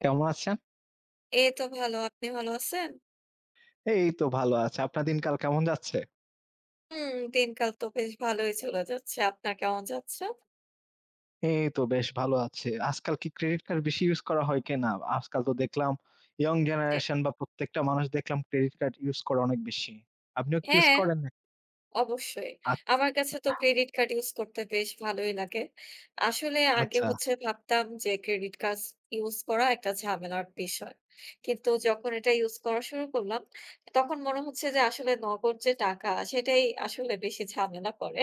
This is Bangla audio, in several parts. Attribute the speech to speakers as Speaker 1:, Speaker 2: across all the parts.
Speaker 1: কেমন আছেন?
Speaker 2: এই তো ভালো। আপনি ভালো আছেন?
Speaker 1: এই তো ভালো আছে। আপনার দিনকাল কেমন যাচ্ছে?
Speaker 2: হুম, দিনকাল তো বেশ ভালোই চলে যাচ্ছে। আপনার কেমন যাচ্ছে?
Speaker 1: এই তো বেশ ভালো আছে। আজকাল কি ক্রেডিট কার্ড বেশি ইউজ করা হয় কিনা? আজকাল তো দেখলাম ইয়ং
Speaker 2: জি।
Speaker 1: জেনারেশন বা প্রত্যেকটা মানুষ দেখলাম ক্রেডিট কার্ড ইউজ করে অনেক বেশি। আপনিও কি ইউজ
Speaker 2: হ্যাঁ,
Speaker 1: করেন না?
Speaker 2: অবশ্যই।
Speaker 1: আ
Speaker 2: আমার কাছে তো ক্রেডিট কার্ড ইউজ করতে বেশ ভালোই লাগে। আসলে আগে
Speaker 1: আচ্ছা,
Speaker 2: হচ্ছে ভাবতাম যে ক্রেডিট কার্ড ইউজ করা একটা ঝামেলার বিষয়। কিন্তু যখন এটা ইউজ করা শুরু করলাম, তখন মনে হচ্ছে যে আসলে নগদ যে টাকা সেটাই আসলে বেশি ঝামেলা করে।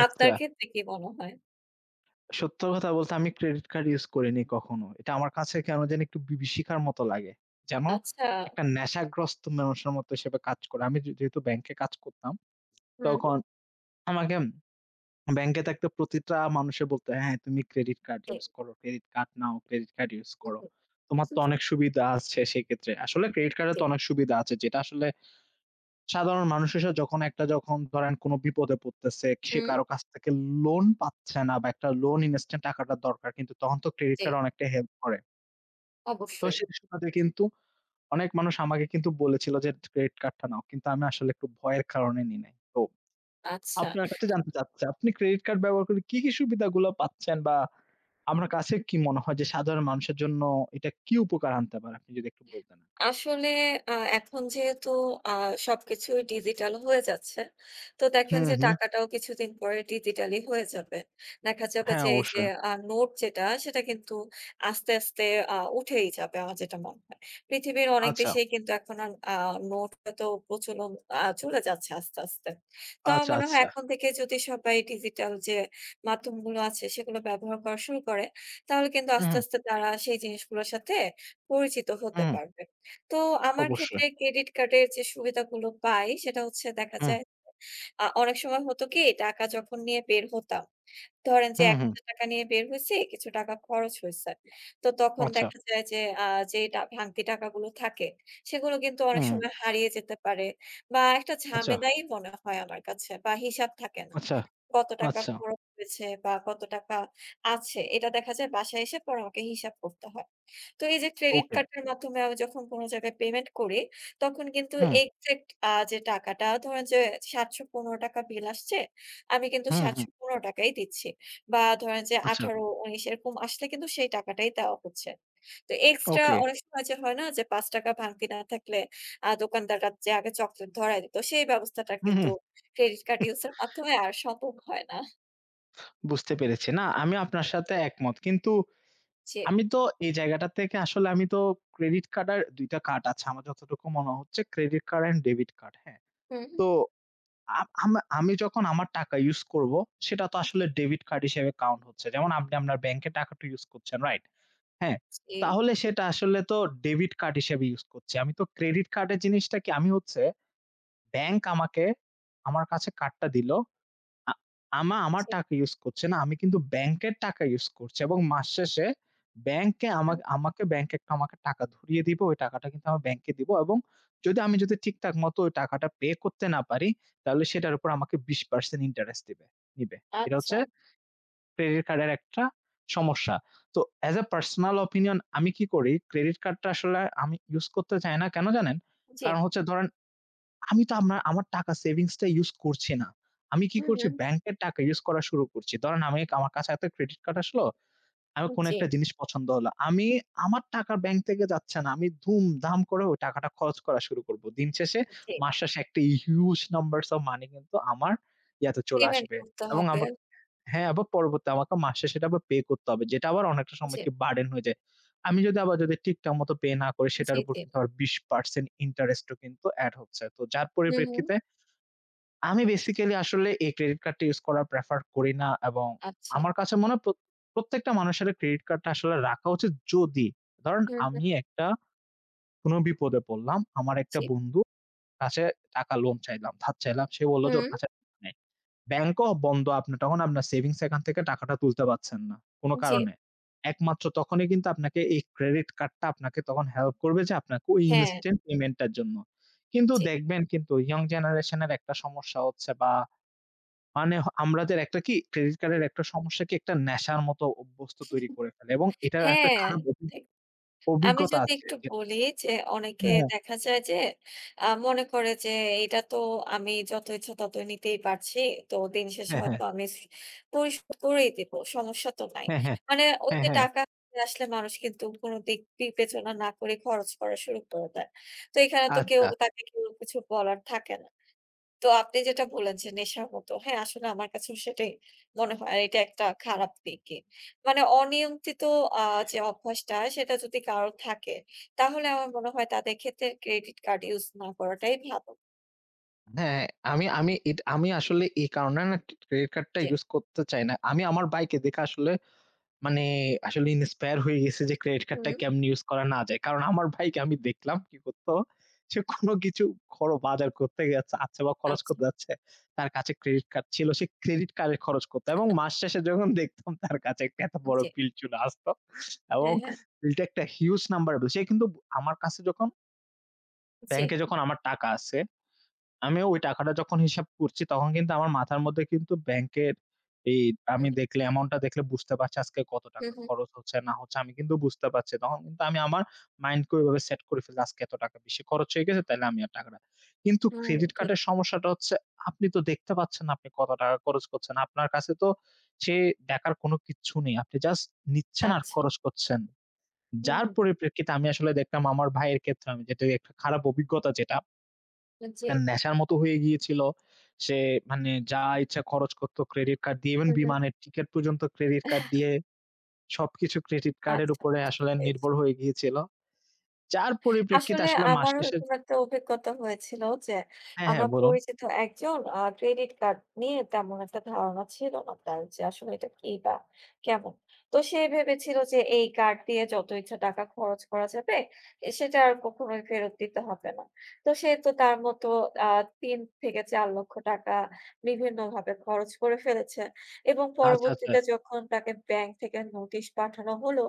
Speaker 1: আচ্ছা।
Speaker 2: আপনার ক্ষেত্রে কি মনে হয়?
Speaker 1: সত্য কথা বলতে আমি ক্রেডিট কার্ড ইউজ করিনি কখনো। এটা আমার কাছে কেন জানি একটু বিভীষিকার মতো লাগে। যেন
Speaker 2: আচ্ছা।
Speaker 1: একটা নেশাগ্রস্ত মানুষের মতো হিসেবে কাজ করে। আমি যেহেতু ব্যাংকে কাজ করতাম,
Speaker 2: হুম,
Speaker 1: তখন আমাকে ব্যাংকে থাকতে প্রতিটা মানুষে বলত, "হ্যাঁ, তুমি ক্রেডিট কার্ড
Speaker 2: জি।
Speaker 1: ইউস করো, ক্রেডিট কার্ড নাও, ক্রেডিট কার্ড ইউস
Speaker 2: হুম,
Speaker 1: করো।
Speaker 2: হুম।
Speaker 1: তোমার তো অনেক সুবিধা আছে সেক্ষেত্রে।" আসলে ক্রেডিট কার্ডের
Speaker 2: জি।
Speaker 1: তো অনেক সুবিধা আছে, যেটা আসলে সাধারণ মানুষ এসে যখন ধরেন কোনো বিপদে পড়তেছে, সে
Speaker 2: হুম,
Speaker 1: কারো কাছ থেকে লোন পাচ্ছে না বা একটা লোন ইনস্ট্যান্ট টাকাটা দরকার, কিন্তু তখন তো ক্রেডিট
Speaker 2: জি।
Speaker 1: কার্ড অনেকটা হেল্প করে। তো
Speaker 2: অবশ্যই।
Speaker 1: সেই সুবাদে কিন্তু অনেক মানুষ আমাকে কিন্তু বলেছিল যে, "ক্রেডিট কার্ডটা নাও।" কিন্তু আমি আসলে একটু ভয়ের কারণে নিই নাই। তো
Speaker 2: আচ্ছা।
Speaker 1: আপনার কাছে জানতে চাচ্ছি, আপনি ক্রেডিট কার্ড ব্যবহার করে কি, কি সুবিধাগুলো পাচ্ছেন, বা আপনার কাছে কি মনে হয় যে সাধারণ মানুষের জন্য এটা কি উপকার আনতে পারে? আপনি যদি একটু বলতেন।
Speaker 2: আসলে এখন যেহেতু আ সবকিছুই ডিজিটাল হয়ে যাচ্ছে, তো দেখেন
Speaker 1: হুম,
Speaker 2: যে
Speaker 1: হুম।
Speaker 2: টাকাটাও কিছুদিন পরে ডিজিটালি হয়ে যাবে। দেখা যাবে
Speaker 1: হ্যাঁ,
Speaker 2: যে এই যে
Speaker 1: অবশ্যই।
Speaker 2: নোট যেটা, সেটা কিন্তু আস্তে, আস্তে উঠেই যাবে আমার যেটা মনে হয়। পৃথিবীর অনেক
Speaker 1: আচ্ছা,
Speaker 2: দেশেই কিন্তু এখন আর নোট হয়তো প্রচলন চলে যাচ্ছে আস্তে, আস্তে। তো আমার
Speaker 1: আচ্ছা,
Speaker 2: মনে হয়
Speaker 1: আচ্ছা।
Speaker 2: এখন থেকে যদি সবাই ডিজিটাল যে মাধ্যমগুলো আছে, সেগুলো ব্যবহার করা শুরু করে, তাহলে কিন্তু
Speaker 1: হুম,
Speaker 2: আস্তে,
Speaker 1: হুম,
Speaker 2: আস্তে তারা সেই জিনিসগুলোর সাথে পরিচিত হতে
Speaker 1: হুম।
Speaker 2: পারবে। তো আমার
Speaker 1: অবশ্যই।
Speaker 2: ক্ষেত্রে ক্রেডিট কার্ডের যে সুবিধাগুলো পাই সেটা হচ্ছে দেখা
Speaker 1: হুম,
Speaker 2: যায় যে, অনেক সময় হতো কি টাকা যখন নিয়ে বের হতাম, ধরেন যে
Speaker 1: হুম, হুম।
Speaker 2: ৳১,০০০ নিয়ে বের হইছি, কিছু টাকা খরচ হইছে। তো তখন
Speaker 1: আচ্ছা।
Speaker 2: দেখা যায় যে আ যে টা ভাঙতি টাকাগুলো থাকে সেগুলো কিন্তু অনেক
Speaker 1: হুম,
Speaker 2: সময় হারিয়ে যেতে পারে বা একটা
Speaker 1: আচ্ছা,
Speaker 2: ঝামেলাই মনে হয় আমার কাছে বা হিসাব থাকে না।
Speaker 1: আচ্ছা,
Speaker 2: কত টাকা
Speaker 1: আচ্ছা।
Speaker 2: খরচ হয়েছে বা কত টাকা আছে এটা দেখা যায় বাসায় এসে পরে আমাকে হিসাব করতে হয়। তো এই যে ক্রেডিট
Speaker 1: ওকে।
Speaker 2: কার্ডের মাধ্যমে আমি যখন কোন জায়গায় পেমেন্ট করি, তখন কিন্তু
Speaker 1: হুম,
Speaker 2: এক্সাক্ট যে টাকাটা ধরেন যে ৳৭১৫ বিল আসছে, আমি কিন্তু
Speaker 1: হুম, হুম।
Speaker 2: ৳৭১৫ ই দিচ্ছি। বা ধরেন যে
Speaker 1: আচ্ছা।
Speaker 2: ১৮, ১৯ এরকম আসলে কিন্তু সেই টাকাটাই দেওয়া হচ্ছে। তো এক্সট্রা
Speaker 1: ওকে।
Speaker 2: অনেক সময় যে হয় না যে ৳৫ ভাঙতি না থাকলে দোকানদাররা যে আগে চকলেট ধরায় দিত, সেই ব্যবস্থাটা
Speaker 1: হুম,
Speaker 2: কিন্তু
Speaker 1: হুম।
Speaker 2: ক্রেডিট কার্ড ইউজ এর মাধ্যমে আর সম্ভব হয় না।
Speaker 1: বুঝতে পেরেছি। না, আমি আপনার সাথে একমত। কিন্তু
Speaker 2: জি।
Speaker 1: আমি তো এই জায়গাটা থেকে আসলে আমি তো ক্রেডিট কার্ড আর ২ টা কার্ড আছে। আমার যতটুকু মনে হচ্ছে credit card and debit card. হ্যাঁ?
Speaker 2: হুম, হুম।
Speaker 1: তো আ আমা আমি যখন আমার টাকা ইউস করব, সেটা তো
Speaker 2: জি,
Speaker 1: আসলে ডেবিট কার্ড হিসেবে কাউন্ট হচ্ছে। যেমন আপনি আপনার ব্যাংকের টাকাটা ইউস করছেন, রাইট? হ্যাঁ,
Speaker 2: জি,
Speaker 1: তাহলে সেটা আসলে তো ডেবিট কার্ড হিসেবে ইউস করছি। আমি তো ক্রেডিট কার্ডের জিনিসটা কি, আমি হচ্ছে ব্যাংক আমাকে আমার কাছে কার্ডটা দিল। আ আমা আমার
Speaker 2: জি।
Speaker 1: টাকা ইউজ করছে না। আমি কিন্তু ব্যাংকের টাকা ইউজ করছি এবং মাস শেষে ব্যাংকে
Speaker 2: হুম।
Speaker 1: আমাকে আমাকে ব্যাংক একটা আমাকে টাকা ধরিয়ে দিবে। ওই টাকাটা কিন্তু আমার ব্যাংকে দিব এবং আমি যদি ঠিকঠাক মতো ওই টাকাটা পে করতে না পারি, তাহলে সেটার উপর আমাকে ২০% ইন্টারেস্ট দিবে নিবে। এটা
Speaker 2: আচ্ছা।
Speaker 1: হচ্ছে ক্রেডিট কার্ডের একটা সমস্যা। তো অ্যাজ a পার্সোনাল ওপিনিয়ন আমি কি করি? ক্রেডিট কার্ডটা আসলে আমি ইউজ করতে চাই না। কেন জানেন?
Speaker 2: জি।
Speaker 1: কারণ হচ্ছে ধরেন আমি তো আমার আমার টাকা সেভিংসটা ইউজ করছি না। আমি কি
Speaker 2: হুম,
Speaker 1: করছি?
Speaker 2: হুম।
Speaker 1: ব্যাংকের টাকা ইউজ করা শুরু করছি। ধরেন আমি আমার কাছে একটা ক্রেডিট কার্ড আসলো। আমার কোনো
Speaker 2: জি,
Speaker 1: একটা জিনিস পছন্দ হলো। আমি আমার টাকা ব্যাংক থেকে যাচ্ছে না। আমি ধুমধাম করে ওই টাকাটা খরচ করা শুরু করব। দিন শেষে
Speaker 2: জি।
Speaker 1: মাস শেষে একটা হিউজ নাম্বারস অফ মানি কিন্তু আমার ইয়াতে চলে
Speaker 2: পেমেন্ট
Speaker 1: আসবে
Speaker 2: করতে
Speaker 1: এবং
Speaker 2: হবে।
Speaker 1: আমার হ্যাঁ, আবার পরবর্তী আমাকে মাস শেষে এটা আবার পে করতে হবে। যেটা আবার অনেকটা সময়
Speaker 2: জি,
Speaker 1: কি বার্ডেন হয়ে যায়। আমি যদি আবার ঠিকঠাক মতো পে না করি সেটার
Speaker 2: জি,
Speaker 1: উপর
Speaker 2: জি।
Speaker 1: কিন্তু আবার ২০% ইন্টারেস্টও কিন্তু এড হচ্ছে। তো যার
Speaker 2: হুম, হুম।
Speaker 1: পরিপ্রেক্ষিতে আমি বেসিক্যালি আসলে এই ক্রেডিট কার্ডটা ইউস করা প্রেফার করি না এবং
Speaker 2: আচ্ছা।
Speaker 1: আমার কাছে মনে হয় প্রত্যেকটা মানুষের ক্রেডিট কার্ডটা আসলে রাখা উচিত, যদি ধরেন
Speaker 2: হুম, হুম।
Speaker 1: আমি একটা কোনো বিপদে পড়লাম, আমার একটা
Speaker 2: জি।
Speaker 1: বন্ধু কাছে টাকা লোন চাইলাম, ধার চাইলাম। সে বলল যে ওর
Speaker 2: হুম।
Speaker 1: কাছে নাই। ব্যাংকও বন্ধ, আপনার তখন আপনার সেভিংস অ্যাকাউন্ট থেকে টাকাটা তুলতে পারছেন না, কোন
Speaker 2: জি।
Speaker 1: কারণে। একমাত্র তখনই কিন্তু আপনাকে এই ক্রেডিট কার্ডটা আপনাকে তখন হেল্প করবে যে আপনাকে ওই
Speaker 2: হ্যাঁ,
Speaker 1: ইনস্ট্যান্ট পেমেন্টটার জন্য। কিন্তু
Speaker 2: জি,
Speaker 1: দেখবেন কিন্তু ইয়ং জেনারেশনের একটা সমস্যা হচ্ছে, বা মানে আমাদের একটা কি ক্রেডিট
Speaker 2: জি।
Speaker 1: কার্ডের একটা সমস্যা কি একটা নেশার মতো অভ্যস্ত তৈরি করে ফেলে, এবং এটার একটা
Speaker 2: হ্যাঁ।
Speaker 1: খারাপ
Speaker 2: আমি
Speaker 1: অভিজ্ঞতা
Speaker 2: যদি
Speaker 1: আছে
Speaker 2: একটু
Speaker 1: যে
Speaker 2: বলি যে অনেকে
Speaker 1: হ্যাঁ,
Speaker 2: দেখা যায় যে মনে করে যে এটা তো আমি যত ইচ্ছা তত নিতেই পারছি। তো দিন শেষে
Speaker 1: হ্যাঁ, হ্যাঁ, হ্যাঁ,
Speaker 2: হয়তো আমি পরিশোধ করেই দিব। সমস্যা তো নাই।
Speaker 1: হ্যাঁ, হ্যাঁ, হ্যাঁ,
Speaker 2: মানে ওই
Speaker 1: হ্যাঁ,
Speaker 2: যে
Speaker 1: হ্যাঁ,
Speaker 2: টাকা আসলে মানুষ কিন্তু কোন দিক বিবেচনা না করে খরচ করা শুরু করে দেয়। তো এখানে তো
Speaker 1: আচ্ছা।
Speaker 2: কেউ কিছু বলার থাকে না। তো আপনি যেটা বললেন যে নেশার মতো। হ্যাঁ, আসলে আমার কাছেও সেটাই মনে হয়। আর এটা একটা খারাপ দিকই। মানে অনিয়ন্ত্রিত আ যে অভ্যাসটা সেটা যদি কারোর থাকে, তাহলে আমার মনে হয় তাদের ক্ষেত্রে ক্রেডিট কার্ড ইউজ না করাটাই ভালো।
Speaker 1: হ্যাঁ, আমি আমি এট আমি আসলে এই কারণে না ক্রেডিট কার্ডটা
Speaker 2: জি।
Speaker 1: ইউজ করতে চাই না। আমি আমার ভাইকে দেখে আসলে মানে আসলে ইন্সপায়ার হয়ে গেছি যে ক্রেডিট কার্ডটা
Speaker 2: হুম।
Speaker 1: কেমনে ইউজ করা না যায়। কারণ আমার ভাইকে আমি দেখলাম কি করত, সে কোনো কিছু বাজার করতে যাচ্ছে আচ্ছা, বা খরচ
Speaker 2: আচ্ছা।
Speaker 1: করতে যাচ্ছে। তার কাছে ক্রেডিট কার্ড ছিল, সে ক্রেডিট কার্ডে খরচ করত এবং মাস শেষে যখন দেখতাম তার কাছে একটা এত বড়
Speaker 2: জি।
Speaker 1: বিল চলে আসতো এবং
Speaker 2: হ্যাঁ, হ্যাঁ।
Speaker 1: বিলটা একটা হিউজ নাম্বার বিল। সে কিন্তু আমার কাছে যখন
Speaker 2: জি।
Speaker 1: ব্যাংকে যখন আমার টাকা আছে আমিও ওই টাকাটা যখন হিসাব করছি, তখন কিন্তু আমার মাথার মধ্যে কিন্তু ব্যাংকের এই আমি
Speaker 2: হুম,
Speaker 1: দেখলে অ্যামাউন্টটা দেখলে বুঝতে পারছি আজকে কত
Speaker 2: হুম,
Speaker 1: টাকা
Speaker 2: হুম,
Speaker 1: খরচ হচ্ছে না হচ্ছে আমি কিন্তু বুঝতে পারছি। তখন কিন্তু আমি আমার মাইন্ডকে ওইভাবে সেট করে ফেলি আজকে এত টাকা বেশি খরচ হয়ে গেছে তাইলে আমি আর টাকাটা কিন্তু
Speaker 2: হুম,
Speaker 1: ক্রেডিট
Speaker 2: ঠিক।
Speaker 1: কার্ডের সমস্যাটা হচ্ছে আপনি তো দেখতে পাচ্ছেন না আপনি কত টাকা খরচ করছেন। আপনার কাছে তো সে দেখার কোনো কিচ্ছু নেই। আপনি জাস্ট নিচ্ছেন আর
Speaker 2: আচ্ছা।
Speaker 1: খরচ করছেন।
Speaker 2: হুম,
Speaker 1: যার
Speaker 2: হুম।
Speaker 1: পরিপ্রেক্ষিতে আমি আসলে দেখতাম আমার ভাইয়ের ক্ষেত্রে আমি যেটা একটা খারাপ অভিজ্ঞতা যেটা
Speaker 2: জি।
Speaker 1: একটা নেশার মতো হয়ে গিয়েছিল। সে মানে যা ইচ্ছা খরচ করত ক্রেডিট কার্ড দিয়ে, ইভেন
Speaker 2: হুম, হুম।
Speaker 1: বিমানের টিকেট পর্যন্ত ক্রেডিট কার্ড দিয়ে সবকিছু ক্রেডিট কার্ডের
Speaker 2: আচ্ছা,
Speaker 1: উপরে
Speaker 2: বুঝতে
Speaker 1: আসলে
Speaker 2: পেরেছি।
Speaker 1: নির্ভর হয়ে গিয়েছিল। যার পরিপ্রেক্ষিতে
Speaker 2: আসলে
Speaker 1: আসলে মাস
Speaker 2: আমার
Speaker 1: শেষে
Speaker 2: ওরকম একটা অভিজ্ঞতা হয়েছিল যে,
Speaker 1: হ্যাঁ, হ্যাঁ
Speaker 2: আমার
Speaker 1: বলুন।
Speaker 2: পরিচিত একজন ক্রেডিট কার্ড নিয়ে তেমন একটা ধারণা ছিল না তার যে, আসলে এটা কি বা কেমন। তো সে ভেবেছিল যে, এই কার্ড দিয়ে যত ইচ্ছা টাকা খরচ করা যাবে, সেটা আর কখনোই ফেরত দিতে হবে না। তো সে তো তার মতো আ ৩ থেকে ৳৪,০০,০০০ বিভিন্নভাবে খরচ করে ফেলেছে এবং
Speaker 1: আচ্ছা, আচ্ছা।
Speaker 2: পরবর্তীতে যখন তাকে ব্যাংক থেকে নোটিশ পাঠানো হলো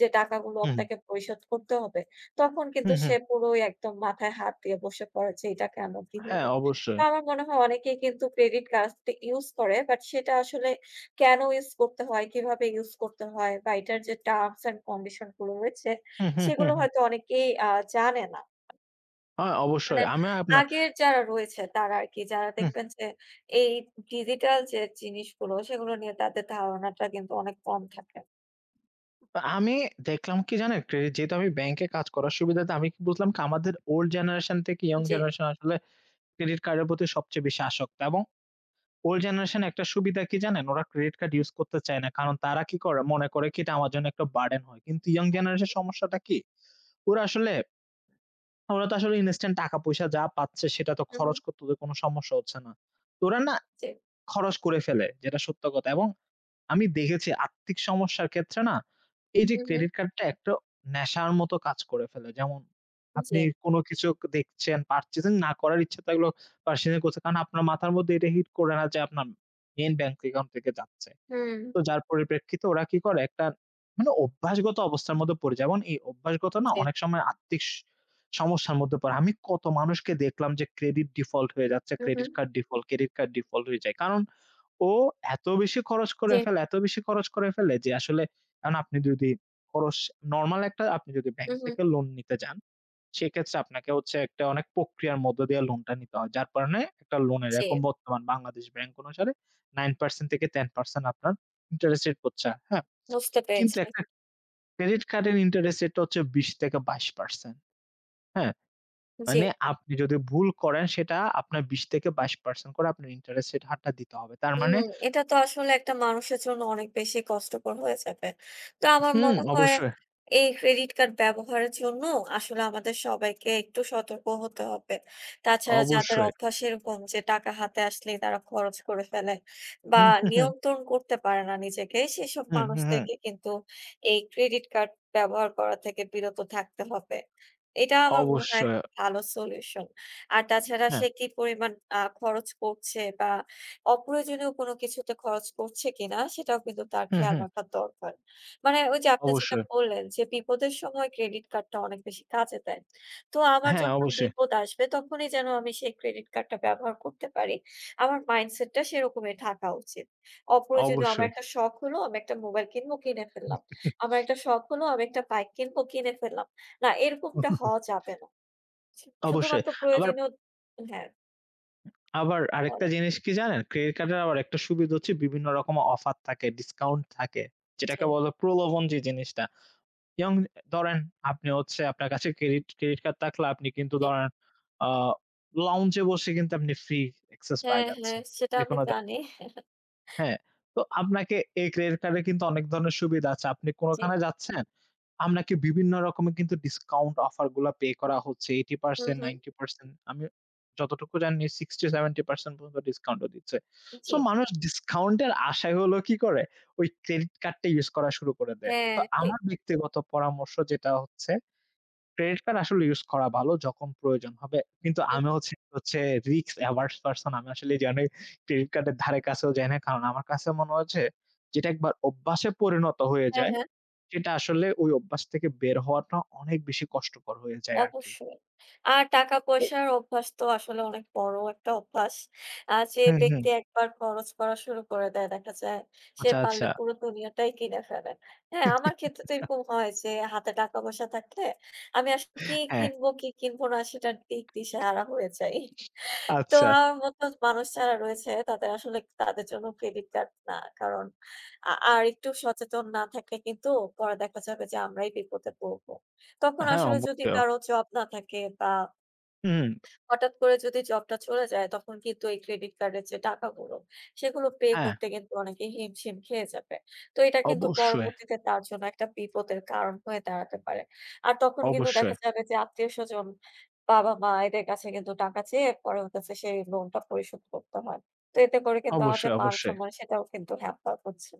Speaker 2: যে, টাকাগুলো
Speaker 1: হুম,
Speaker 2: আপনাকে পরিশোধ করতে হবে। তখন কিন্তু
Speaker 1: হুম, হুম।
Speaker 2: সে পুরোই একদম মাথায় হাত দিয়ে বসে পড়ে যে এটা কেন? কি
Speaker 1: হ্যাঁ,
Speaker 2: হলো? তো
Speaker 1: অবশ্যই।
Speaker 2: আমার মনে হয় অনেকেই কিন্তু ক্রেডিট কার্ডসটি ইউস করে। বাট সেটা আসলে কেন ইউস করতে হয়, কিভাবে ইউস করতে হয় বা এটার যে টার্মস অ্যান্ড কন্ডিশন গুলো রয়েছে
Speaker 1: হুম, হুম, হুম,
Speaker 2: সেগুলো
Speaker 1: হুম।
Speaker 2: হয়তো অনেকেই জানে না।
Speaker 1: হ্যাঁ,
Speaker 2: মানে
Speaker 1: অবশ্যই। আমি আপনার
Speaker 2: আগের যারা রয়েছে তারা আরকি যারা
Speaker 1: হুম,
Speaker 2: দেখবেন যে এই ডিজিটাল যে জিনিসগুলো সেগুলো নিয়ে তাদের ধারণাটা কিন্তু অনেক কম থাকে।
Speaker 1: আমি দেখলাম কি জানেন? ক্রেডিট যেহেতু আমি ব্যাংকে কাজ করার সুবিধাতে আমি কি বুঝলাম কি আমাদের ওল্ড জেনারেশন থেকে ইয়ং
Speaker 2: জি।
Speaker 1: জেনারেশন আসলে ক্রেডিট কার্ডের প্রতি সবচেয়ে বেশি আসক্ত, এবং ওল্ড জেনারেশন একটা সুবিধা কি জানেন? ওরা ক্রেডিট কার্ড ইউস করতে চায় না। কারণ তারা কি করে? মনে করে কি এটা আমার জন্য একটা বার্ডেন হয়। কিন্তু ইয়ং জেনারেশন সমস্যাটা কি? ওরা আসলে ওরা তো আসলে ইনস্ট্যান্ট টাকা-পয়সা যা পাচ্ছে সেটা তো
Speaker 2: হু, হু,
Speaker 1: খরচ করতে ওদের কোনো সমস্যা হচ্ছে না। তো ওরা না
Speaker 2: জি।
Speaker 1: খরচ করে ফেলে, যেটা সত্য কথা, এবং আমি দেখেছি আর্থিক সমস্যার ক্ষেত্রে না, এই যে
Speaker 2: হু, হু,
Speaker 1: ক্রেডিট কার্ডটা একটা নেশার মতো কাজ করে ফেলে। যেমন
Speaker 2: জি।
Speaker 1: আপনি কোনো কিছু দেখছেন, পারচেজিং না করার ইচ্ছা থাকলেও পারচেজিং করছে। কারণ আপনার মাথার মধ্যে এটা হিট করে না যে আপনার মেইন ব্যাংক অ্যাকাউন্ট থেকে যাচ্ছে।
Speaker 2: হুম।
Speaker 1: তো যার পরিপ্রেক্ষিতে ওরা কি করে একটা মানে অভ্যাসগত অবস্থার মধ্যে পড়ে যায়। যেমন এই অভ্যাসগত না
Speaker 2: জি।
Speaker 1: অনেক সময় আর্থিক সমস্যার মধ্যে পড়ে। আমি কত মানুষকে দেখলাম যে ক্রেডিট ডিফল্ট হয়ে যাচ্ছে,
Speaker 2: হু, হু,
Speaker 1: credit card default, credit card default হয়ে যায়। কারণ ও এত বেশি খরচ করে
Speaker 2: জি।
Speaker 1: ফেলে, এত বেশি খরচ করে ফেলে যে আসলে এখন আপনি যদি খরচ নরমাল একটা আপনি যদি ব্যাংক
Speaker 2: উহু,
Speaker 1: থেকে লোন নিতে যান, সেক্ষেত্রে আপনাকে হচ্ছে একটা অনেক প্রক্রিয়ার মধ্য দিয়ে লোনটা নিতে হয়। যার কারণে একটা লোনের
Speaker 2: জি,
Speaker 1: এখন বর্তমান বাংলাদেশ ব্যাংক অনুসারে 9% থেকে 10% আপনার ইন্টারেস্ট রেট হচ্ছে। হ্যাঁ?
Speaker 2: বুঝতে
Speaker 1: কিন্তু
Speaker 2: পেরেছি।
Speaker 1: একটা ক্রেডিট কার্ডের ইন্টারেস্ট রেটটা হচ্ছে 20 থেকে 22%। হ্যাঁ?
Speaker 2: জি।
Speaker 1: মানে আপনি যদি ভুল করেন সেটা আপনার 20 থেকে 22% করে আপনার ইন্টারেস্ট রেট হারটা দিতে হবে। তার
Speaker 2: হুম,
Speaker 1: মানে
Speaker 2: এটা তো আসলে একটা মানুষের জন্য অনেক বেশি কষ্টকর হয়ে যাবে। তো আমার
Speaker 1: হুম,
Speaker 2: মনে হয়
Speaker 1: অবশ্যই।
Speaker 2: এই ক্রেডিট কার্ড ব্যবহারের জন্য আসলে আমাদের সবাইকে একটু সতর্ক হতে হবে। তাছাড়া যাদের
Speaker 1: অবশ্যই।
Speaker 2: অভ্যাস এরকম যে টাকা হাতে আসলেই তারা খরচ করে ফেলে বা
Speaker 1: হুম, হুম, হুম,
Speaker 2: নিয়ন্ত্রণ করতে পারে না নিজেকে, সেসব
Speaker 1: হুম, হুম, হুম।
Speaker 2: মানুষদেরকে কিন্তু এই ক্রেডিট কার্ড ব্যবহার করা থেকে বিরত থাকতে হবে। এটা আমার মনে হয়
Speaker 1: অবশ্যই।
Speaker 2: ভালো সলিউশন। আর তাছাড়া
Speaker 1: হ্যাঁ।
Speaker 2: সে কি পরিমাণ খরচ করছে বা অপ্রয়োজনীয় কোনো কিছুতে খরচ করছে কিনা সেটাও কিন্তু তার
Speaker 1: হুম,
Speaker 2: খেয়াল
Speaker 1: হুম।
Speaker 2: রাখা দরকার। মানে ওই যে আপনি যেটা
Speaker 1: অবশ্যই।
Speaker 2: বললেন যে বিপদের সময় ক্রেডিট কার্ডটা অনেক বেশি কাজে দেয়। তো আমার
Speaker 1: হ্যাঁ,
Speaker 2: যখন
Speaker 1: অবশ্যই,
Speaker 2: বিপদ আসবে তখনই যেন আমি সেই ক্রেডিট কার্ডটা ব্যবহার করতে পারি। আমার মাইন্ডসেটটা সেরকমই থাকা উচিত। অপ্রয়োজনীয় আমার
Speaker 1: অবশ্যই।
Speaker 2: একটা শখ হলো আমি একটা মোবাইল কিনবো, কিনে ফেললাম। আমার একটা শখ হলো আমি একটা বাইক কিনবো, কিনে ফেললাম। না, এরকমটা হওয়া যাবে না।
Speaker 1: অবশ্যই।
Speaker 2: শুধুমাত্র
Speaker 1: আবার
Speaker 2: প্রয়োজনীয়। হ্যাঁ,
Speaker 1: আবার আরেকটা
Speaker 2: বলেন।
Speaker 1: জিনিস কি জানেন? ক্রেডিট কার্ডের আবার একটা সুবিধা হচ্ছে বিভিন্ন রকম অফার থাকে, ডিসকাউন্ট থাকে। যেটাকে
Speaker 2: জি।
Speaker 1: বলে প্রলোভন যে জিনিসটা। যেমন ধরেন আপনি হচ্ছে আপনার কাছে ক্রেডিট ক্রেডিট কার্ড থাকলে আপনি কিন্তু ধরেন আ লাউঞ্জ এ বসে কিন্তু আপনি ফ্রি অ্যাক্সেস
Speaker 2: হ্যাঁ,
Speaker 1: পায়ে
Speaker 2: হ্যাঁ,
Speaker 1: যাচ্ছেন।
Speaker 2: সেটা আমি
Speaker 1: যেকোনো
Speaker 2: জানি।
Speaker 1: হ্যাঁ, তো আপনাকে এই ক্রেডিট কার্ডে কিন্তু অনেক ধরনের সুবিধা আছে। আপনি
Speaker 2: জি।
Speaker 1: কোনখানে যাচ্ছেন, আপনাকে বিভিন্ন রকমের কিন্তু ডিসকাউন্ট অফার গুলা পে করা হচ্ছে। 80%,
Speaker 2: হুম, হুম।
Speaker 1: 90%, আমি যতটুকু জানি 60-70% পর্যন্ত ডিসকাউন্টও দিচ্ছে। সো
Speaker 2: জি।
Speaker 1: মানুষ ডিসকাউন্টের আশায় হলো কি করে? ওই ক্রেডিট কার্ডটা ইউস করা শুরু করে দেয়।
Speaker 2: হ্যাঁ,
Speaker 1: তো
Speaker 2: ঠিক।
Speaker 1: আমার ব্যক্তিগত পরামর্শ যেটা হচ্ছে ক্রেডিট কার্ড আসলে ইউস করা ভালো যখন প্রয়োজন হবে। কিন্তু
Speaker 2: হুম।
Speaker 1: আমি হচ্ছে হচ্ছে risk averse person, আমি আসলে জানি ক্রেডিট কার্ডের ধারে কাছেও যাই না। কারণ আমার কাছে মনে হয়েছে যেটা একবার অভ্যাসে পরিণত হয়ে
Speaker 2: হ্যাঁ,
Speaker 1: যায়,
Speaker 2: হ্যাঁ,
Speaker 1: সেটা আসলে ওই অভ্যাস থেকে বের হওয়াটা অনেক বেশি কষ্টকর হয়ে যায় আরকি।
Speaker 2: অবশ্যই। আর টাকা-পয়সার অভ্যাস তো আসলে অনেক বড় একটা অভ্যাস। যে
Speaker 1: হুম, হুম।
Speaker 2: ব্যক্তি একবার খরচ করা শুরু করে দেয় দেখা যায়, সে
Speaker 1: আচ্ছা, আচ্ছা।
Speaker 2: পারলে পুরো দুনিয়াটাই কিনে ফেলে। হ্যাঁ, আমার ক্ষেত্রে তো এরকম হয় যে হাতে টাকা-পয়সা থাকলে আমি আসলে কি
Speaker 1: হ্যাঁ,
Speaker 2: কিনবো, কি কিনবো না সেটার দিক দিশাহারা হয়ে যাই। তো
Speaker 1: আচ্ছা।
Speaker 2: আমার মতো মানুষ যারা রয়েছে তাদের আসলে তাদের জন্য ক্রেডিট কার্ড না। কারণ আর একটু সচেতন না থাকলে কিন্তু পরে দেখা যাবে যে আমরাই বিপদে পড়বো। তখন
Speaker 1: হ্যাঁ,
Speaker 2: আসলে যদি
Speaker 1: অবশ্যই।
Speaker 2: কারো জব না থাকে বা
Speaker 1: হুম,
Speaker 2: হঠাৎ করে যদি জবটা চলে যায় তখন কিন্তু এই ক্রেডিট কার্ডের যে টাকাগুলো সেগুলো পে
Speaker 1: হ্যাঁ,
Speaker 2: করতে কিন্তু অনেকে হিমশিম খেয়ে যাবে। তো এটা কিন্তু
Speaker 1: অবশ্যই,
Speaker 2: পরবর্তীতে তার জন্য একটা বিপদের কারণ হয়ে দাঁড়াতে পারে। আর তখন কিন্তু
Speaker 1: অবশ্যই,
Speaker 2: দেখা যাবে যে আত্মীয়স্বজন, বাবা-মা এদের কাছে কিন্তু টাকা চেয়ে পরে হচ্ছে সেই লোনটা পরিশোধ করতে হয়। তো এতে করে কিন্তু আমার যে
Speaker 1: অবশ্যই, অবশ্যই।
Speaker 2: মান-সম্মান সেটাও কিন্তু হ্যাপার হচ্ছে।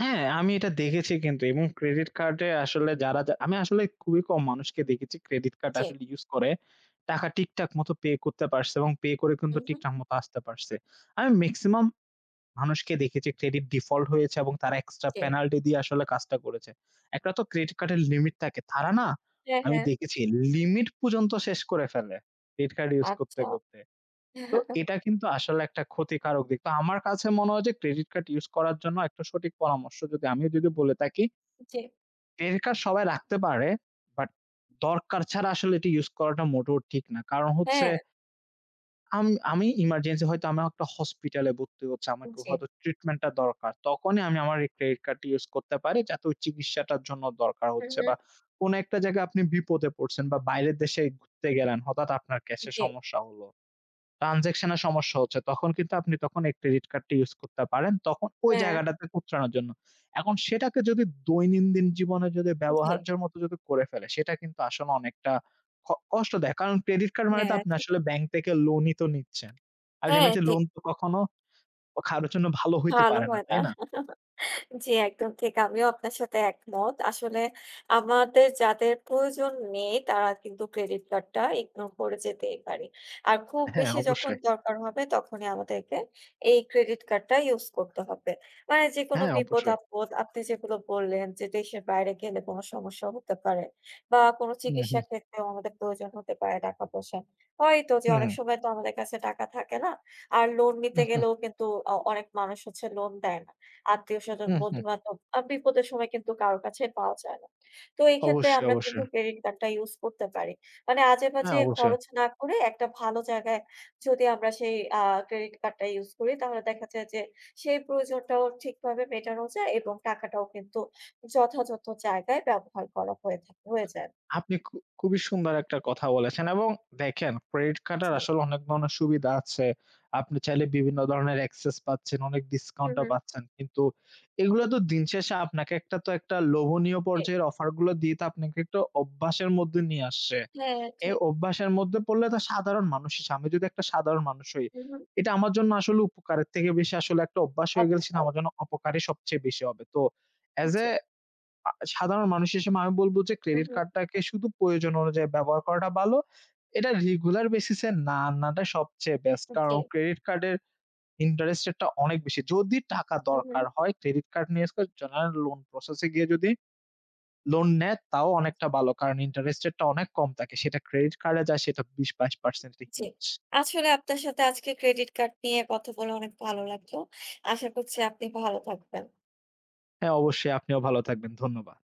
Speaker 1: হ্যাঁ, আমি এটা দেখেছি কিন্তু, এবং ক্রেডিট কার্ডে আসলে যারা, যা আমি আসলে খুবই কম মানুষকে দেখেছি ক্রেডিট কার্ড
Speaker 2: জি।
Speaker 1: আসলে ইউজ করে টাকা ঠিকঠাক মতো পে করতে পারছে এবং পে করে কিন্তু
Speaker 2: হু, হু।
Speaker 1: ঠিকঠাক মতো আসতে পারছে। আমি মেক্সিমাম মানুষকে দেখেছি ক্রেডিট ডিফল্ট হয়েছে এবং তারা এক্সট্রা
Speaker 2: জি।
Speaker 1: পেনাল্টি দিয়ে আসলে কাজটা করেছে। একটা তো ক্রেডিট কার্ডের লিমিট থাকে। তারা না
Speaker 2: হ্যাঁ,
Speaker 1: আমি
Speaker 2: হ্যাঁ।
Speaker 1: দেখেছি লিমিট পর্যন্ত শেষ করে ফেলে ক্রেডিট কার্ড ইউজ করতে,
Speaker 2: আচ্ছা।
Speaker 1: করতে। তো এটা কিন্তু আসলে একটা ক্ষতিকারক দিক। তো আমার কাছে মনে হয় যে ক্রেডিট কার্ড ইউজ করার জন্য একটা সঠিক পরামর্শ আমি যদি বলে থাকি,
Speaker 2: জি।
Speaker 1: ক্রেডিট কার্ড সবাই রাখতে পারে। বাট দরকার ছাড়া আসলে এটি ইউজ করাটা মোটেও ঠিক না। কারণ হচ্ছে
Speaker 2: হ্যাঁ,
Speaker 1: আম আমি ইমার্জেন্সি হয়তো আমার একটা হসপিটালে ভর্তি হচ্ছে। আমার
Speaker 2: জি।
Speaker 1: হয়তো ট্রিটমেন্ট টা দরকার। তখনই আমি আমার এই ক্রেডিট কার্ডটি ইউজ করতে পারি যাতে ওই চিকিৎসাটার জন্য দরকার
Speaker 2: হু,
Speaker 1: হচ্ছে,
Speaker 2: হু।
Speaker 1: বা কোন একটা জায়গায় আপনি বিপদে পড়ছেন বা বাইরের দেশে ঘুরতে গেলেন। হঠাৎ আপনার ক্যাশ এ
Speaker 2: জি।
Speaker 1: সমস্যা হলো। ট্রান্সেকশন এর সমস্যা হচ্ছে। তখন কিন্তু আপনি তখন এই ক্রেডিট কার্ডটা ইউজ করতে পারেন। তখন ওই
Speaker 2: হ্যাঁ,
Speaker 1: জায়গাটাতে কুতরানোর জন্য। এখন সেটাকে যদি দৈনন্দিন জীবনে যদি
Speaker 2: জি।
Speaker 1: ব্যবহার্যের মতো যদি করে ফেলে সেটা কিন্তু আসলে অনেকটা কষ্ট দেয়। কারণ ক্রেডিট কার্ড মানে তো
Speaker 2: হ্যাঁ।
Speaker 1: আপনি আসলে ব্যাংক থেকে লোনই তো নিচ্ছেন।
Speaker 2: হ্যাঁ,
Speaker 1: আল্টিমেটলি
Speaker 2: ঠিক।
Speaker 1: লোন তো কখনো কারো জন্য ভালো হইতে
Speaker 2: ভালো
Speaker 1: পারে না,
Speaker 2: হয় না।
Speaker 1: তাই না?
Speaker 2: জি, একদম ঠিক। আমিও আপনার সাথে একমত। আসলে আমাদের যাদের প্রয়োজন নেই, তারা কিন্তু ক্রেডিট কার্ডটা ইগনোর করে যেতেই পারি। আর খুব
Speaker 1: হ্যাঁ,
Speaker 2: বেশি যখন
Speaker 1: অবশ্যই।
Speaker 2: দরকার হবে, তখনই আমাদেরকে এই ক্রেডিট কার্ডটা ইউজ করতে হবে। মানে যেকোনো
Speaker 1: হ্যাঁ, অবশ্যই।
Speaker 2: বিপদ-আপদ, আপনি যেগুলো বললেন যে, দেশের বাইরে গেলে কোনো সমস্যা হতে পারে বা কোনো
Speaker 1: হু, হু,
Speaker 2: চিকিৎসার ক্ষেত্রেও আমাদের প্রয়োজন হতে পারে টাকা-পয়সা। হয়তো যে
Speaker 1: হু, হু,
Speaker 2: অনেক সময় তো আমাদের কাছে টাকা থাকে না। আর লোন
Speaker 1: হু,
Speaker 2: নিতে
Speaker 1: হু,
Speaker 2: গেলেও কিন্তু অনেক মানুষ হচ্ছে লোন দেয় না। আত্মীয়স্বজন,
Speaker 1: হু, হু।
Speaker 2: বন্ধু-বান্ধব বিপদের সময় কিন্তু কারো কাছে পাওয়া যায় না। তো এই ক্ষেত্রে
Speaker 1: অবশ্যই,
Speaker 2: আমরা
Speaker 1: অবশ্যই।
Speaker 2: কিন্তু ক্রেডিট কার্ডটা ইউজ করতে পারি। মানে
Speaker 1: হ্যাঁ,
Speaker 2: আজেবাজে
Speaker 1: অবশ্যই।
Speaker 2: খরচ না করে একটা ভালো জায়গায় যদি আমরা সেই ক্রেডিট কার্ডটা ইউজ করি তাহলে দেখা যায় যে সেই প্রয়োজনটাও ঠিকভাবে মেটানো যায় এবং টাকাটাও কিন্তু যথাযথ জায়গায় ব্যবহার করা হয়ে যায়।
Speaker 1: আপনি খুবই সুন্দর একটা কথা বলেছেন এবং দেখেন ক্রেডিট কার্ডের
Speaker 2: জি।
Speaker 1: আসলে অনেক ধরনের সুবিধা আছে। আপনি চাইলে বিভিন্ন ধরনের access পাচ্ছেন, অনেক
Speaker 2: হু,
Speaker 1: ডিসকাউন্টও
Speaker 2: হু।
Speaker 1: পাচ্ছেন। কিন্তু এগুলো তো দিন শেষে আপনাকে একটা তো একটা লোভনীয়
Speaker 2: জি।
Speaker 1: পর্যায়ের অফার গুলো দিয়ে তো আপনাকে একটা অভ্যাসের মধ্যে নিয়ে আসছে।
Speaker 2: হ্যাঁ,
Speaker 1: এই
Speaker 2: ঠিক।
Speaker 1: অভ্যাসের মধ্যে পড়লে তো সাধারণ মানুষ আমি যদি একটা সাধারণ মানুষ হই,
Speaker 2: হু, হু।
Speaker 1: এটা আমার জন্য আসলে উপকারের থেকে বেশি আসলে একটা অভ্যাস হয়ে গেলে সেটা
Speaker 2: অপকার।
Speaker 1: আমার জন্য অপকারই সবচেয়ে বেশি হবে। তো as a
Speaker 2: জি।
Speaker 1: সাধারণ মানুষ হিসেবে আমি বলব যে
Speaker 2: হু,
Speaker 1: ক্রেডিট
Speaker 2: হু।
Speaker 1: কার্ডটাকে শুধু প্রয়োজন অনুযায়ী ব্যবহার করাটা ভালো। এটা রেগুলার বেসিস এ না আনাটা সবচেয়ে বেস্ট। কারণ
Speaker 2: জি।
Speaker 1: ক্রেডিট কার্ডের ইন্টারেস্ট রেটটা অনেক বেশি। যদি টাকা
Speaker 2: হু, হু।
Speaker 1: দরকার হয় ক্রেডিট কার্ড নিয়ে আজকাল জেনারেল লোন প্রসেস এ গিয়ে যদি লোন নেয় তাও অনেকটা ভালো। কারণ ইন্টারেস্ট রেটটা অনেক কম থাকে। সেটা ক্রেডিট কার্ডে যায় সেটা ২০-২২%
Speaker 2: জি।
Speaker 1: হিউজ।
Speaker 2: আসলে আপনার সাথে আজকে ক্রেডিট কার্ড নিয়ে কথা বলে অনেক ভালো লাগলো। আশা করছি আপনি ভালো থাকবেন।
Speaker 1: হ্যাঁ, অবশ্যই আপনিও ভালো থাকবেন। ধন্যবাদ।